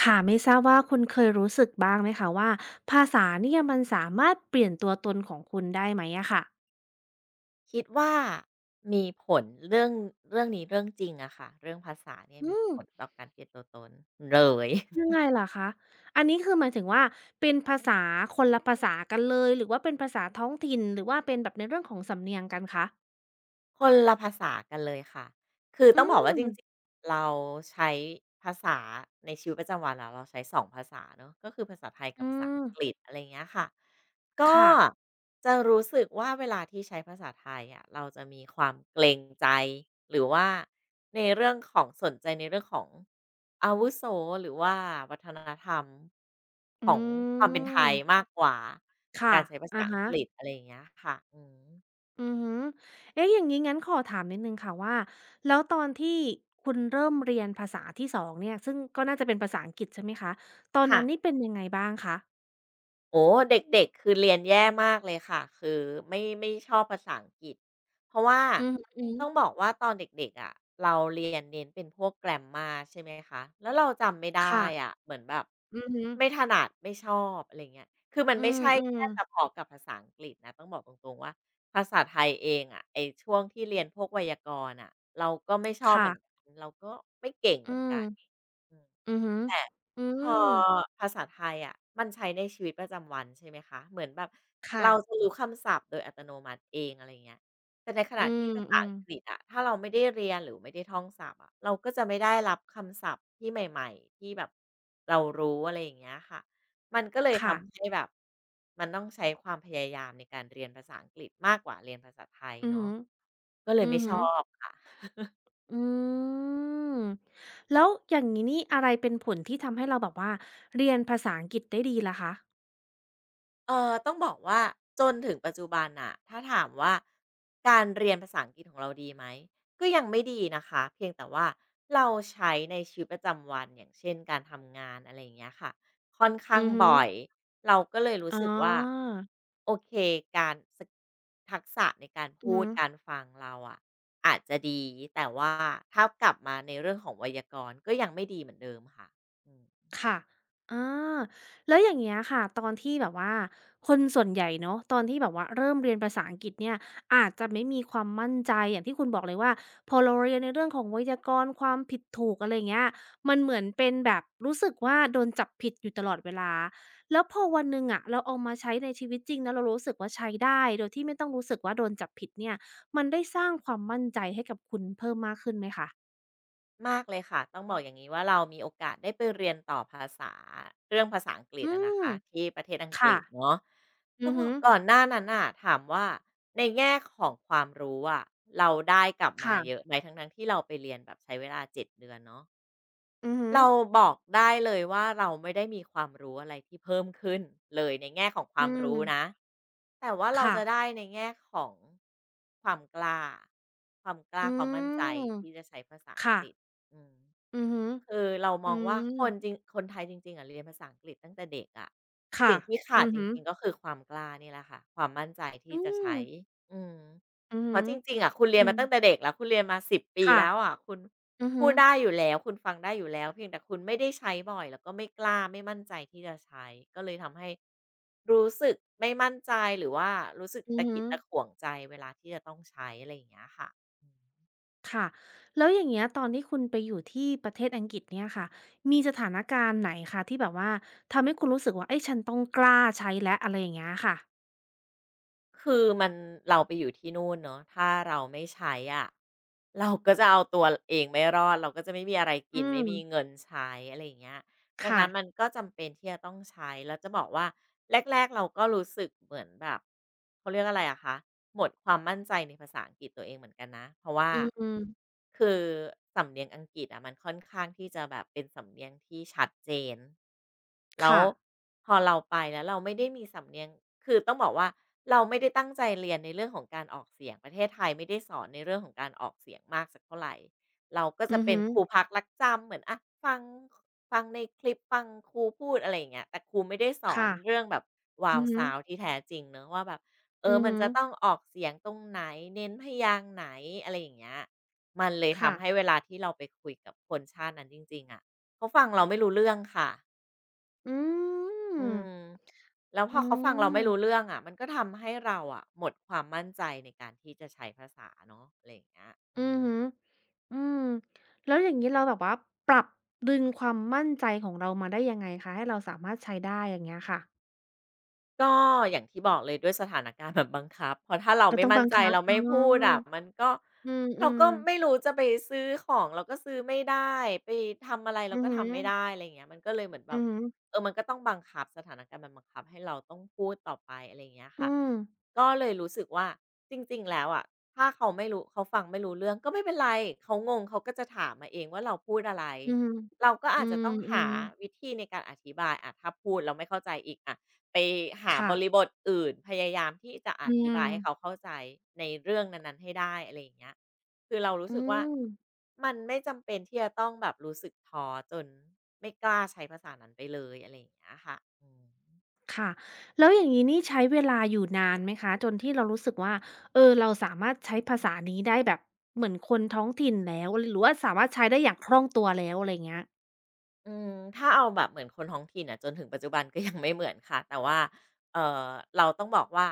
ค่ะไม่ทราบว่าคุณเคยรู้สึกบ้างไหมคะว่าภาษาเนี่ยมันสามารถเปลี่ยนตัวตนของคุณได้ไหมอะค่ะคิดว่ามีผลเรื่องนี้เรื่องจริงอะค่ะเรื่องภาษาเนี่ยอืมีมผลต่อการเปลี่ยนตัวตนเลย ยังไงล่ะคะอันนี้คือหมายถึงว่าเป็นภาษาคนละภาษากันเลยหรือว่าเป็นภาษาท้องถิ่นหรือว่าเป็นแบบในเรื่องของสำเนียงกันคะคนละภาษากันเลยค่ะ คืออืต้องบอกว่ามจริงๆเราใช้ภาษาในชีวิตประจำวันอะเราใช้สองภาษาเนาะก็คือภาษาไทยกับอืภาษามอังกฤษอะไรเงี้ยค่ะก็ค่ะจะรู้สึกว่าเวลาที่ใช้ภาษาไทยอะเราจะมีความเกรงใจหรือว่าในเรื่องของสนใจในเรื่องของอาวุโสหรือว่าวัฒนธรรมอืของความเป็นไทยมามกกว่าค่ะการใช้ภาษาอะอังฮะ กฤษอะไรอย่างเงี้ยค่ะอืมอือฮึเอ๊ะอย่างนี้งั้นขอถามนิดนึงค่ะว่าแล้วตอนที่คุณเริ่มเรียนภาษาที่สองเนี่ยซึ่งก็น่าจะเป็นภาษาอังกฤษใช่ไหมคะตอนค่ะ นั้นนี่เป็นยังไงบ้างคะโอ้เด็กๆคือเรียนแย่มากเลยค่ะคือไม่ชอบภาษาอังกฤษเพราะว่าอือฮึต้องบอกว่าตอนเด็กๆอะเราเรียนเน้นเป็นพวก grammar ใช่ไหมคะแล้วเราจำไม่ได้ค่ะอะเหมือนแบบอือฮึอไม่ถนัดไม่ชอบอะไรเงี้ยคือมันอืไม่ใช่มแค่เฉๆพาะกับภาษาอังกฤษนะต้องบอกตรงๆว่าภาษาไทยเองอะไอ้ช่วงที่เรียนพวกไวยากรณ์อะเราก็ไม่ชอบเหมือนกัค่ะนเราก็ไม่เก่งอืเหมือนมกันอืม อือฮึออืพอมภาษาไทยอะมันใช้ในชีวิตประจำวันใช่ไหมคะเหมือนแบบค่ะเราจะรู้คำศัพท์โดยอัตโนมัติเองอะไรอย่างเงี้ยแต่ในขอืณะที่ภาษามอังกฤษอะถ้าเราไม่ได้เรียนหรือไม่ได้ท่องศัพท์อะเราก็จะไม่ได้รับคำศัพท์ที่ใหม่ๆที่แบบเรารู้อะไรอย่างเงี้ยค่ะมันก็เลยๆค่ะทำให้แบบมันต้องใช้ความพยายามในการเรียนภาษาอังกฤษมากกว่าเรียนภาษาไทยอือเนาะฮึอก็เลยอือไม่ชฮึอบอค่ะ อืมแล้วอย่างงี้นี่อะไรเป็นผลที่ทำให้เราแบบว่าเรียนภาษาอังกฤษได้ดีล่ะคะต้องบอกว่าจนถึงปัจจุบันน่ะถ้าถามว่าการเรียนภาษาอังกฤษของเราดีไหมก็ยังไม่ดีนะคะเพียงแต่ว่าเราใช้ในชีวิตประจำวันอย่างเช่นการทำงานอะไรอย่างเงี้ยค่ะค่อนข้างอือฮึบ่อยอเราก็เลยรู้อ๋อ สึกว่าโอเคการสกทักษะในการอือพูฮึดการฟังเราอะอาจจะดีแต่ว่าถ้ากลับมาในเรื่องของไวยากรณ์ก็ยังไม่ดีเหมือนเดิมค่ะอืม ค่ะอาแล้วอย่างเงี้ยค่ะตอนที่แบบว่าคนส่วนใหญ่เนาะตอนที่แบบว่าเริ่มเรียนภาษาอังกฤษเนี่ยอาจจะไม่มีความมั่นใจอย่างที่คุณบอกเลยว่าพอเราเรียนในเรื่องของไวยากรณ์ความผิดถูกอะไรอย่างเงี้ยมันเหมือนเป็นแบบรู้สึกว่าโดนจับผิดอยู่ตลอดเวลาแล้วพอวันหนึ่งอะเราเอามาใช้ในชีวิตจริงแล้วเรารู้สึกว่าใช้ได้โดยที่ไม่ต้องรู้สึกว่าโดนจับผิดเนี่ยมันได้สร้างความมั่นใจให้กับคุณเพิ่มมากขึ้นไหมคะมากเลยค่ะต้องบอกอย่างนี้ว่าเรามีโอกาสได้ไปเรียนต่อภาษาเรื่องภาษาอังกฤษอือะนะมคะที่ประเทศอังกค่ะฤษเนาะต้อืองอบฮึอกก่อนหน้านั้นน่ะถามว่าในแง่ของความรู้อะเราได้กลับมาเยอะค่ะ ไหมทั้งทงที่เราไปเรียนแบบใช้เวลา7 เดือนเนาะอือฮึอเราบอกได้เลยว่าเราไม่ได้มีความรู้อะไรที่เพิ่มขึ้นเลยในแง่ของคอืวามมรู้นะแต่ว่าเราค่ะจะได้ในแง่ของความกล้าความกล้าอืความมั่นใจมที่จะใช้ภาษาอังค่ะกฤษอืม อือฮึอคือเรามอืองว่ามคนไทยจริงๆอะเรียนภาษาอังกฤษตั้งแต่เด็กอะค่ะสิ่งที่ขาดอือจฮึอริงๆก็คือความกล้านี่แหละค่ะความมั่นใจที่อืจะมใช้อืมอือเพฮึราะอจริงๆอะคุณเรีอืยนมามตั้งแต่เด็กแล้วคุณเรียนมา10 ปีค่ะแล้วอะคุณอือพูฮึอดได้อยู่แล้วคุณฟังได้อยู่แล้วเพียงแต่คุณไม่ได้ใช้บ่อยแล้วก็ไม่กล้าไม่มั่นใจที่จะใช้ก็เลยทำให้รู้สึกไม่มั่นใจหรือว่ารู้สึกอือตะฮึขิดตะขวงใจเวลาที่จะต้องใช้อะไรอย่างเงี้ยค่ะ ค่ะแล้วอย่างเงี้ยตอนที่คุณไปอยู่ที่ประเทศอังกฤษเนี่ยค่ะมีสถานการณ์ไหนคะที่แบบว่าทำให้คุณรู้สึกว่าเอ้ยฉันต้องกล้าใช้และอะไรอย่างเงี้ยค่ะคือมันเราไปอยู่ที่นู่นเนาะถ้าเราไม่ใช้อะะเราก็จะเอาตัวเองไม่รอดเราก็จะไม่มีอะไรอืกินไม่มีเงิมนใช้อะไรอย่างเงี้ย ดังค่ะนั้นมันก็จำเป็นที่จะต้องใช้แล้วจะบอกว่าแรกๆเราก็รู้สึกเหมือนแบบเขาเรียกอะไรอะคะหมดความมั่นใจในภาษาอังกฤษตัวเองเหมือนกันนะเพราะว่าอืมคือสำเนียงอังกฤษอะมันค่อนข้างที่จะแบบเป็นสำเนียงที่ชัดเจนแล้วค่ะพอเราไปแล้วเราไม่ได้มีสำเนียงคือต้องบอกว่าเราไม่ได้ตั้งใจเรียนในเรื่องของการออกเสียงประเทศไทยไม่ได้สอนในเรื่องของการออกเสียงมากสักเท่าไร เราก็จะอือเป็นฮึครูพักรักจำเหมือนอะฟังฟังในคลิปฟังครูพูดอะไรอย่างเงี้ยแต่ครูไม่ได้สอนค่ะเรื่องแบบวาอืวอฮึซา u ที่แท้จริงเนอะว่าแบบเออืออมันฮึจะต้องออกเสียงตรงไหนเน้นพยางค์ไหนอะไรอย่างเงี้ยมันเลยค่ะทำให้เวลาที่เราไปคุยกับคนชาตินั้นจริงๆอะเขาฟังเราไม่รู้เรื่องค่ะอือืม มแล้วพอือเขาฟังเราไม่รู้มเรื่องอะมันก็ทำให้เราอะหมดความมั่นใจในการที่จะใช้ภาษาเนาะอะไรอย่างเงี้ยอือือม ฮึอืมแล้วอย่างงี้เราแบบว่าปรับดึงความมั่นใจของเรามาได้ยังไงคะให้เราสามารถใช้ได้อย่างเงี้ยค่ะก็อย่างที่บอกเลยด้วยสถานการณ์แบบบังคับ เพราะถ้าเราก็ไม่ต้องมั่บันงใจคับเราอ๋ไม่พูดอะอมันก็อืเรามก็ไม่ๆรู้จะไปซื้อของเราก็ซื้อไม่ได้ไปทำอะไรเราอือก็ฮึทำไม่ได้อะไรอย่างเงี้ยมันก็เลยเหมือนแบอืบอฮึเออมันก็ต้องบังคับสถานการณ์มันบังคับให้เราต้องพูดต่อไปอะไรอย่างเงี้ยอืค่ะมก็เลยรู้สึกว่าจริงๆแล้วอะถ้าเขาไม่รู้เขาฟังไม่รู้เรื่องก็ไม่เป็นไรเขางงเขาก็จะถามมาเองว่าเราพูดอะไรอือฮึเราก็อือาจจะต้องหามวิๆธีในการอธิบายอะถ้าพูดแล้วไม่เข้าใจอีกอะ ไปหาบริค่ะบทอื่นพยายามที่จะออืธิมบายให้เขาเข้าใจในเรื่องนั้นๆให้ได้อะไรอย่างเงี้ยคือเรารู้อืสึกว่ามมันไม่จำเป็นที่จะต้องแบบรู้สึกท้อจนไม่กล้าใช้ภาษานั้นไปเลยอะไรอย่างเงี้ยค่ะอืม ค่ะแล้วอย่างงี้นี่ใช้เวลาอยู่นานไหมคะจนที่เรารู้สึกว่าเออเราสามารถใช้ภาษานี้ได้แบบเหมือนคนท้องถิ่นแล้วหรือว่าสามารถใช้ได้อย่างคล่องตัวแล้วอะไรเงี้ย อืมถ้าเอาแบบเหมือนคนท้องถิ่นอะจนถึงปัจจุบันก็ ยังไม่เหมือนค่ะแต่ว่าเออเราต้องบอกว่า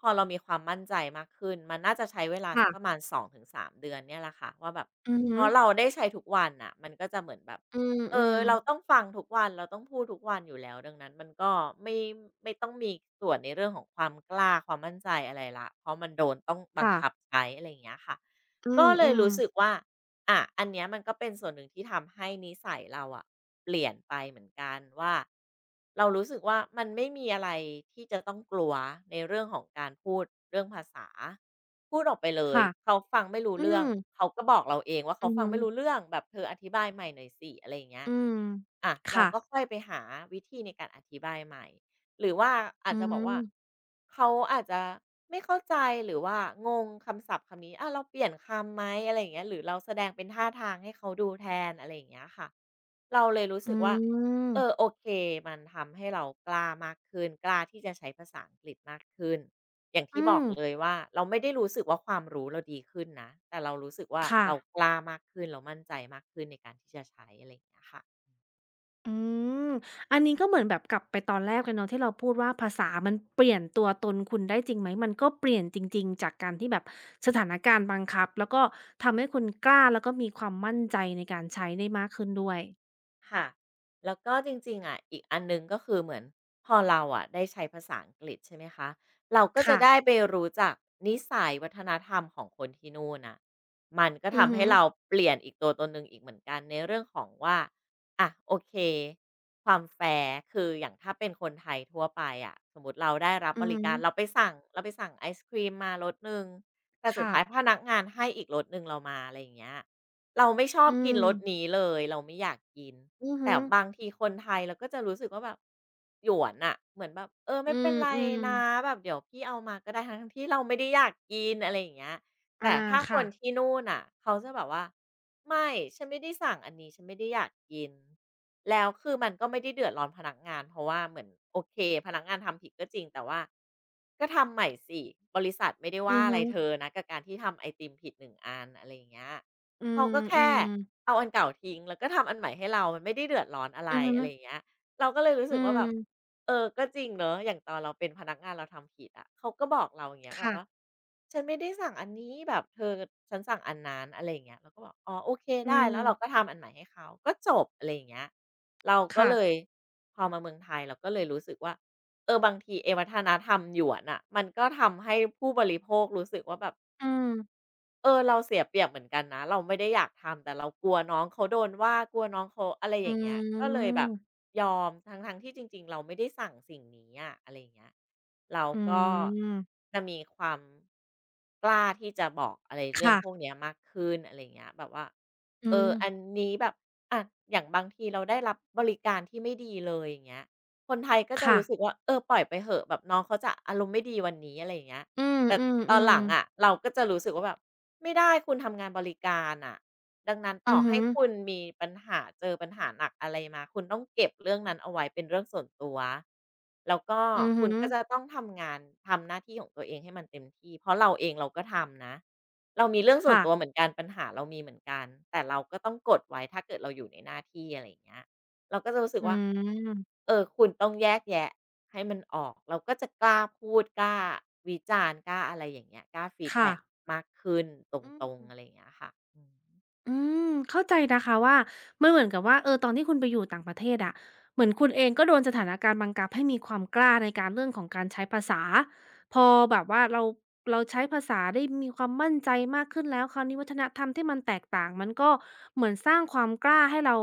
พอเรามีความมั่นใจมากขึ้นมันน่าจะใช้เวลาสัค่ะ กประมาณ2-3เดือนเนี่ยแหละค่ะว่าแบบอือพฮึอเราได้ใช้ทุกวันน่ะมันก็จะเหมือนแบบอืเออมเราต้ๆองฟังทุกวันเราต้องพูดทุกวันอยู่แล้วดังนั้นมันก็ไม่ไม่ต้องมีส่วนในเรื่องของความกล้าความมั่นใจอะไรละเพราะมันโดนต้องบังค่ะคับใช้อะไรอย่างเงี้ยค่ะอืก็เลยมรู้ๆสึกว่า อ่ะ อันเนี้ยมันก็เป็นส่วนหนึ่งที่ทำให้นิสัยเราอะเปลี่ยนไปเหมือนกันว่าเรารู้สึกว่ามันไม่มีอะไรที่จะต้องกลัวในเรื่องของการพูดเรื่องภาษาพูดออกไปเลยค่ะเขาฟังไม่รู้อืเรื่อมงเขาก็บอกเราเองว่าอืเขาอฟังฮึไม่รู้เรื่องแบบเธออธิบายใหม่หน่อยสิอะไรอย่างเงี้ยอืมอะเราค่ะก็ค่อยไปหาวิธีในการอธิบายใหม่ หรือว่าอาอืจจะมบอกว่าเขาอาจจะไม่เข้าใจหรือว่างงคำศัพท์คำนี้อะเราเปลี่ยนคำไหมอะไรอย่างเงี้ยหรือเราแสดงเป็นท่าทางให้เขาดูแทนอะไรอย่างเงี้ยค่ะเราเลยรู้อืสึกว่าเออโอมเคมันทำให้เรากล้ามากขึ้นกล้าที่จะใช้ภาษาอังกฤษมากขึ้นอย่างที่อืบอมกเลยว่าเราไม่ได้รู้สึกว่าความรู้เราดีขึ้นนะแต่เรารู้สึกว่าค่ะเรากล้ามากขึ้นเรามั่นใจมากขึ้นในการที่จะใช้อะไรอย่างเงี้ยค่ะ อืมอันนี้ก็เหมือนแบบกลับไปตอนแรกเลยเนาะที่เราพูดว่าภาษามันเปลี่ยนตัวตนคุณได้จริงไหมมันก็เปลี่ยนจริงๆจากการที่แบบสถานการณ์บังคับแล้วก็ทำให้คุณกล้าแล้วก็มีความมั่นใจในการใช้ได้มากขึ้นด้วยค่ะ แล้วก็จริงๆอะอีกอันหนึ่งก็คือเหมือนพอเราอะได้ใช้ภาษาอังกฤษใช่ไหมคะ เราก็จะค่ะได้ไปรู้จักนิสัยวัฒนธรรมของคนที่นู่นน่ะมันก็อือทำฮึให้เราเปลี่ยนอีกตัวตนหนึ่งอีกเหมือนกันในเรื่องของว่าอะโอเคความแฟร์คืออย่างถ้าเป็นคนไทยทั่วไปอะสมมุติเราได้รับอืบอริการเราฮึไปสั่งเราไปสั่งไอศกรีมมารสหนึ่งแต่สุดค่ะท้ายพนักงานให้อีกรสหนึ่งเรามาอะไรอย่างเงี้ย เราไม่ชอบอืกินรมสนี้เลยเราไม่อยากกินอือแต่ฮึ บางทีคนไทยเราก็จะรู้สึกว่าแบบหยวนอะเหมือนแบบเอออืไม่เป็มนไรอืนะมแบบเดี๋ยวพี่เอามาก็ได้ทั้งๆที่เราไม่ได้อยากกินอะไรอย่างเงี้ยแต่อาถ้าคค่ะนที่นู่นน่ะเขาจะแบบว่าไม่ฉันไม่ได้สั่งอันนี้ฉันไม่ได้อยากกินแล้วคือมันก็ไม่ได้เดือดร้อนพนักงานเพราะว่าเหมือนโอเคพนักงานทำผิดก็จริงแต่ว่าก็ทำใหม่สิบริษัทไม่ได้อืว่าออะฮึไรเธอนะกับการที่ทำไอติมผิดหนึ่งอันอะไรอย่างเงี้ย อืเขามก็อืแค่มเอาอันเก่าทิ้งแล้วก็ทำอันใหม่ให้เรามันไม่ได้เดือดร้อนอะไรอือฮึอะไรอย่างเงี้ยเราก็เลยรู้อืสึกว่าแบบมเออก็จริงเนาะอย่างตอนเราเป็นพนักงานเราทำผิดอะเขาก็บอกเราอย่างเงี้ยแบบว่าค่ะฉันไม่ได้สั่งอันนี้แบบเธอฉันสั่งอันนั้นอะไรอย่างเงี้ยเราก็บอกอ๋อโอเคอืได้มแล้วเราก็ทำอันใหม่ให้เขาก็จบอะไรอย่างเงี้ยเราก็ค่ะเลยพอมาเมืองไทยเราก็เลยรู้สึกว่าเออบางทีไอ้วัฒนธรรมหยวนน่ะมันก็ทำให้ผู้บริโภครู้สึกว่าแบบ อืมเราเสียเปรียบเหมือนกันนะเราไม่ได้อยากทำแต่เรากลัวน้องเขาโดนว่ากลัวน้องเขาอะไรออืย่างเงี้ยก็เลยแบบมยอมทั้งๆที่จริงๆเราไม่ได้สั่งสิ่งนี้อะอะไรอย่างเงี้ยเราอืก็มจะมีความกล้าที่จะบอกอะไรเรื่องพวกค่ะเนี้ยมากขึ้นอะไรอย่างเงี้ยแบบว่าอือันมนี้แบบอะอย่างบางทีเราได้รับบริการที่ไม่ดีเลยอย่างเงี้ยคนไทยก็จะค่ะรู้สึกว่าปล่อยไปเหอะแบบน้องเขาจะอารมณ์ไม่ดีวันนี้อะไรอย่างเงี้ย อืแต่ตอนหมลังๆอะๆเราก็จะรู้สึกว่าแบบไม่ได้คุณทำงานบริการน่ะดังนั้นต่ออือฮึให้คุณมีปัญหาเจอปัญหาหนักอะไรมาคุณต้องเก็บเรื่องนั้นเอาไว้เป็นเรื่องส่วนตัวแล้วก็อือฮึคุณก็จะต้องทำงานทำหน้าที่ของตัวเองให้มันเต็มที่เพราะเราเองเราก็ทำนะเรามีเรื่องส่วนค่ะตัวเหมือนกันปัญหาเรามีเหมือนกันแต่เราก็ต้องกดไว้ถ้าเกิดเราอยู่ในหน้าที่อะไรอย่างเงี้ยเราก็จะรู้สึกอืว่ามคุณต้องแยกแยะ ให้มันออกเราก็จะกล้าพูดกล้าวิจารณ์กล้าอะไรอย่างเงี้ยกล้าฟีดค่ะแบ็กมากขึ้นตอืรงๆอะไรอม ย่างเงี้ยค่ะอืมอืมเข้าใจนะคะว่ามันเหมือนกับว่าเออตอนที่คุณไปอยู่ต่างประเทศอะเหมือนคุณเองก็โดนสถานการณ์บังคับให้มีความกล้าในการเรื่องของการใช้ภาษาพอแบบว่าเราใช้ภาษาได้มีความมั่นใจมากขึ้นแล้วคราวนี้วัฒนธรรมที่มันแตกต่างมันก็เหมือนสร้างความกล้าให้เรา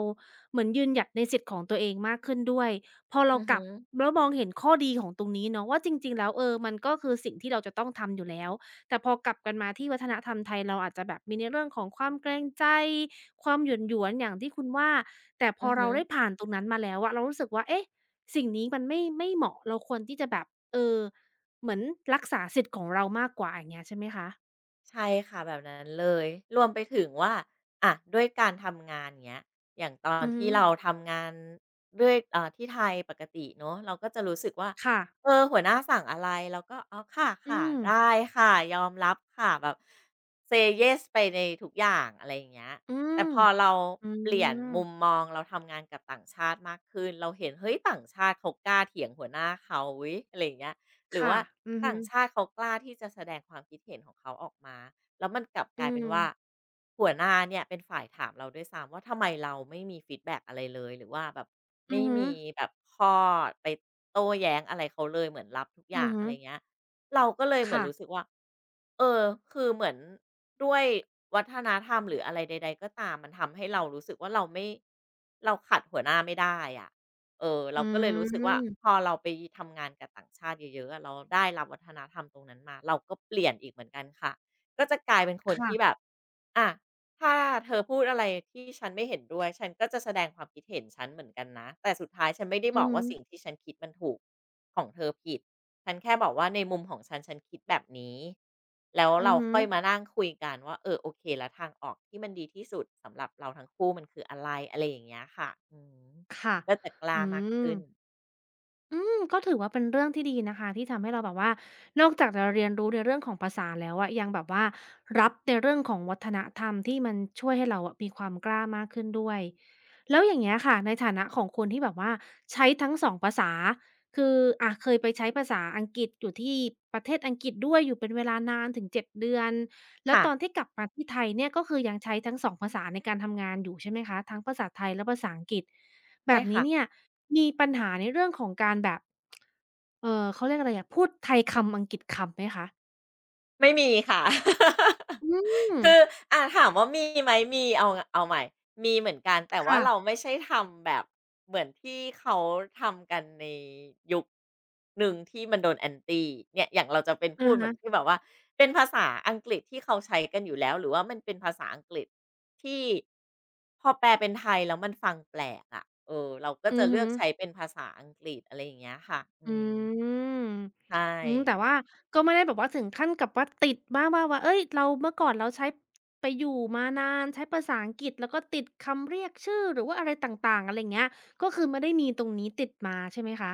เหมือนยืนหยัดในสิทธิ์ของตัวเองมากขึ้นด้วยพออเราอกฮึลับแล้วมองเห็นข้อดีของตรงนี้เนาะว่าจริงๆแล้วเออมันก็คือสิ่งที่เราจะต้องทำอยู่แล้ว แต่พอกลับกันมาที่วัฒนธรรมไทยเราอาจจะแบบมีในเรื่องของความเกรงใจความหยวนหยวนอย่างที่คุณว่าแต่พออือเราฮึ ได้ผ่านตรงนั้นมาแล้วอะเรารู้สึกว่าเอ๊ะสิ่งนี้มันไม่เหมาะเราควรที่จะแบบเออเหมือนรักษาสิทธิ์ของเรามากกว่าอย่างเงี้ยใช่ไหมคะใช่ค่ะแบบนั้นเลยรวมไปถึงว่าอะด้วยการทำงานเงี้ยอย่างตอนอือฮึที่เราทำงานด้วยเอ่าที่ไทยปกติเนาะเราก็จะรู้สึกว่าค่ะหัวหน้าสั่งอะไรเราก็อ๋อคอื่ะมๆได้ค่ะยอมรับค่ะแบบ say yes ไปในทุกอย่างอะไรอย่างเงี้ยอืแต่มพอเราอืเปลี่ยนมมุมมองเราทำงานกับต่างชาติมากขึ้นเราเห็นเฮ้ยต่างชาติเขากล้าเถียงหัวหน้าเขาเฮ้ยอะไรอย่างเงี้ย หรือค่ะว่าอือฮึต่างชาติเขากล้าที่จะแสดงความคิดเห็นของเขาออกมาแล้วมันกลับกอืลายเป็นว่ามหัวหน้าเนี่ยเป็นฝ่ายถามเราด้วยซ้ำว่าทำไมเราไม่มีฟีดแบ็กอะไรเลยหรือว่าแบบอืไม่อฮึมีแบบข้อไปโต้แย้งอะไรเขาเลยเหมือนรับทุกออืย่าองฮึอะไรเงี้ยเราก็เลยเหมือนค่ะรู้สึกว่าเออคือเหมือนด้วยวัฒนธรรมหรืออะไรใดๆก็ตามมันทำให้เรารู้สึกว่าเราไม่เราขัดหัวหน้าไม่ได้อะ อืเราก็เลยรู้สึกว่าพอมเราไปทำงานกับต่างชาติเยอะๆอะเราได้รับวัฒนธรรมตรงนั้นมาเราก็เปลี่ยนอีกเหมือนกันค่ะก็จะกลายเป็นคนที่แบค่ะบอะถ้าเธอพูดอะไรที่ฉันไม่เห็นด้วยฉันก็จะแสดงความคิดเห็นฉันเหมือนกันนะแต่สุดท้ายฉันไม่ได้อืบออกฮึว่าสิ่งที่ฉันคิดมันถูกของเธอผิดฉันแค่บอกว่าในมุมของฉันฉันคิดแบบนี้แล้วอืเราอฮึค่อยมานั่งคุยกันว่าโอเคแล้วทางออกที่มันดีที่สุดสำหรับเราทั้งคู่มันคืออะไรอะไรอย่างเงี้ยค่ะอืม ค่ะก็จะกอืล้ามากม ขึ้นอืมก็ถือว่าเป็นเรื่องที่ดีนะคะที่ทำให้เราแบบว่านอกจากจะเรียนรู้ในเรื่องของภาษาแล้วอะยังแบบว่ารับในเรื่องของวัฒนธรรมที่มันช่วยให้เราอะมีความกล้ามากขึ้นด้วยแล้วอย่างเงี้ยค่ะในฐานะของคนที่แบบว่าใช้ทั้ง2ภาษาคืออะเคยไปใช้ภาษาอังกฤษอยู่ที่ประเทศอังกฤษด้วยอยู่เป็นเวลานานถึง7เดือนแล้วค่ะตอนที่กลับมาที่ไทยเนี่ยก็คือยังใช้ทั้ง2ภาษาในการทำงานอยู่ใช่ไหมคะทั้งภาษาไทยและภาษาอังกฤษ แบใช่บนี้ค่ะเนี่ยมีปัญหาในเรื่องของการแบบเขาเรียกอะไรอะพูดไทยคำอังกฤษคำไหมคะไม่มีค่ะ อืม คืออ่าถามว่ามีไหมมีเอาเอาใหม่มีเหมือนกันแต่ว่าค่ะเราไม่ใช่ทำแบบเหมือนที่เขาทำกันในยุคหนึ่งที่มันโดนแอนต t ้เนี่ยอย่างเราจะเป็นพูอะดเหมืฮะอนที่แบบว่าเป็นภาษาอังกฤษที่เขาใช้กันอยู่แล้วหรือว่ามันเป็นภาษาอังกฤษที่พอแปลเป็นไทยแล้วมันฟังแปลกอะะเราก็อืจะอเลืฮึอกใช้เป็นภาษาอังกฤษอะไรอย่างเงี้ยค่ะอือืม มใช่อืมแต่ว่าก็ไม่ได้แบบว่าถึงขั้นกับว่าติดมากว่าเฮ้ยเราเมื่อก่อนเราใช้ไปอยู่มานานใช้ภาษาอังกฤษแล้วก็ติดคำเรียกชื่อหรือว่าอะไรต่างๆอะไรอย่างเงี้ยก็คือไม่ได้มีตรงนี้ติดมาใช่ไหมคะ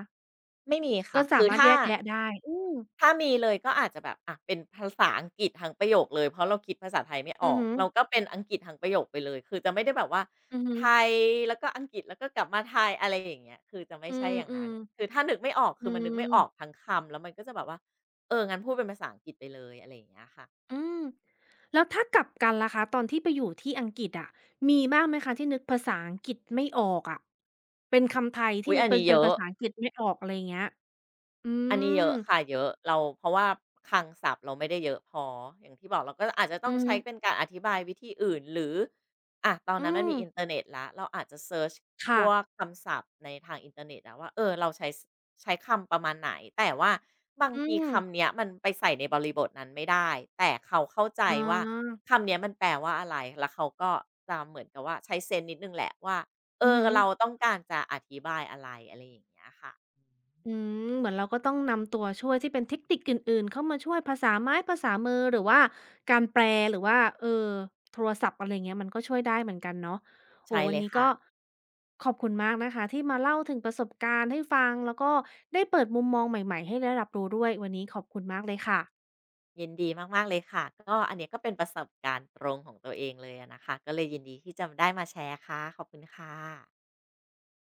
ไม่มีก็ค่ะสาคือมารถถ้าแยกแยะได้อืมถ้ามีเลยก็อาจจะแบบอะเป็นภาษาอังกฤษทั้งประโยคเลยเพราะเราคิดภาษาไทยไม่ออืออกฮึเราก็เป็นอังกฤษทั้งประโยคไปเลยคือจะไม่ได้แบบว่าอือฮึไทยแล้วก็อังกฤษแล้วก็กลับมาไทยอะไรอย่างเงี้ยคือจะไม่อืใช่มอย่างอืนั้นมคือถ้านึกไม่ออกอืคือมันนึกไม่ออกม ทั้งคำแล้วมันก็จะแบบว่างั้นพูดเป็นภาษาอังกฤษไปเลยอะไรอย่างเงี้ยค่ะอืมแล้วถ้ากลับกันล่ะคะตอนที่ไปอยู่ที่อังกฤษอะมีบ้างไหมคะที่นึกภาษาอังกฤษไม่ออกอะเป็นคำไทยที่อุ๊ยนึอักนเป็นนี้เยเป็นอะ ภาษาอังกฤษไม่ออกอะไรอย่างเงี้ยอือันนี้มเยอะค่ะเยอะเราเพราะว่าคลังศัพท์เราไม่ได้เยอะพออย่างที่บอกเราก็อาจจะต้อืองใช้เป็นมการอธิบายวิธีอื่นหรืออะตอนอืนั้นมันมมีอินเทอร์เน็ตแล้วเราอาจจะเซิร์ชพค่ะวกคำศัพท์ในทางอินเทอร์เน็ตอะว่าเราใช้ใช้คำประมาณไหนแต่ว่าบางอืทีมคำเนี้ยมันไปใส่ในบริบทนั้นไม่ได้แต่เขาเข้าใจอ๋ว่าอคำเนี้ยมันแปลว่าอะไรแล้วเขาก็จะเหมือนกับว่าใช้เซนส์นิดนึงแหละว่าอือฮึ เราต้องการจะอธิบายอะไรอะไรอย่างเงี้ยค่ะอืมเหมือนเราก็ต้องนำตัวช่วยที่เป็นเทคนิคอื่นๆเข้ามาช่วยภาษาไม้ภาษามือหรือว่าการแปลหรือว่าโทรศัพท์อะไรอย่างเงี้ยมันก็ช่วยได้เหมือนกันเนาะโอ้ใช่โฮวัเลนยนี้ค่ะ ก็ขอบคุณมากนะคะที่มาเล่าถึงประสบการณ์ให้ฟังแล้วก็ได้เปิดมุมมองใหม่ๆให้ได้รับรู้ด้วยวันนี้ขอบคุณมากเลยค่ะยินดีมากๆเลยค่ะก็อันเนี้ยก็เป็นประสบการณ์ตรงของตัวเองเลยอะนะคะก็เลยยินดีที่จะได้มาแชร์ค่ะขอบคุณค่ะ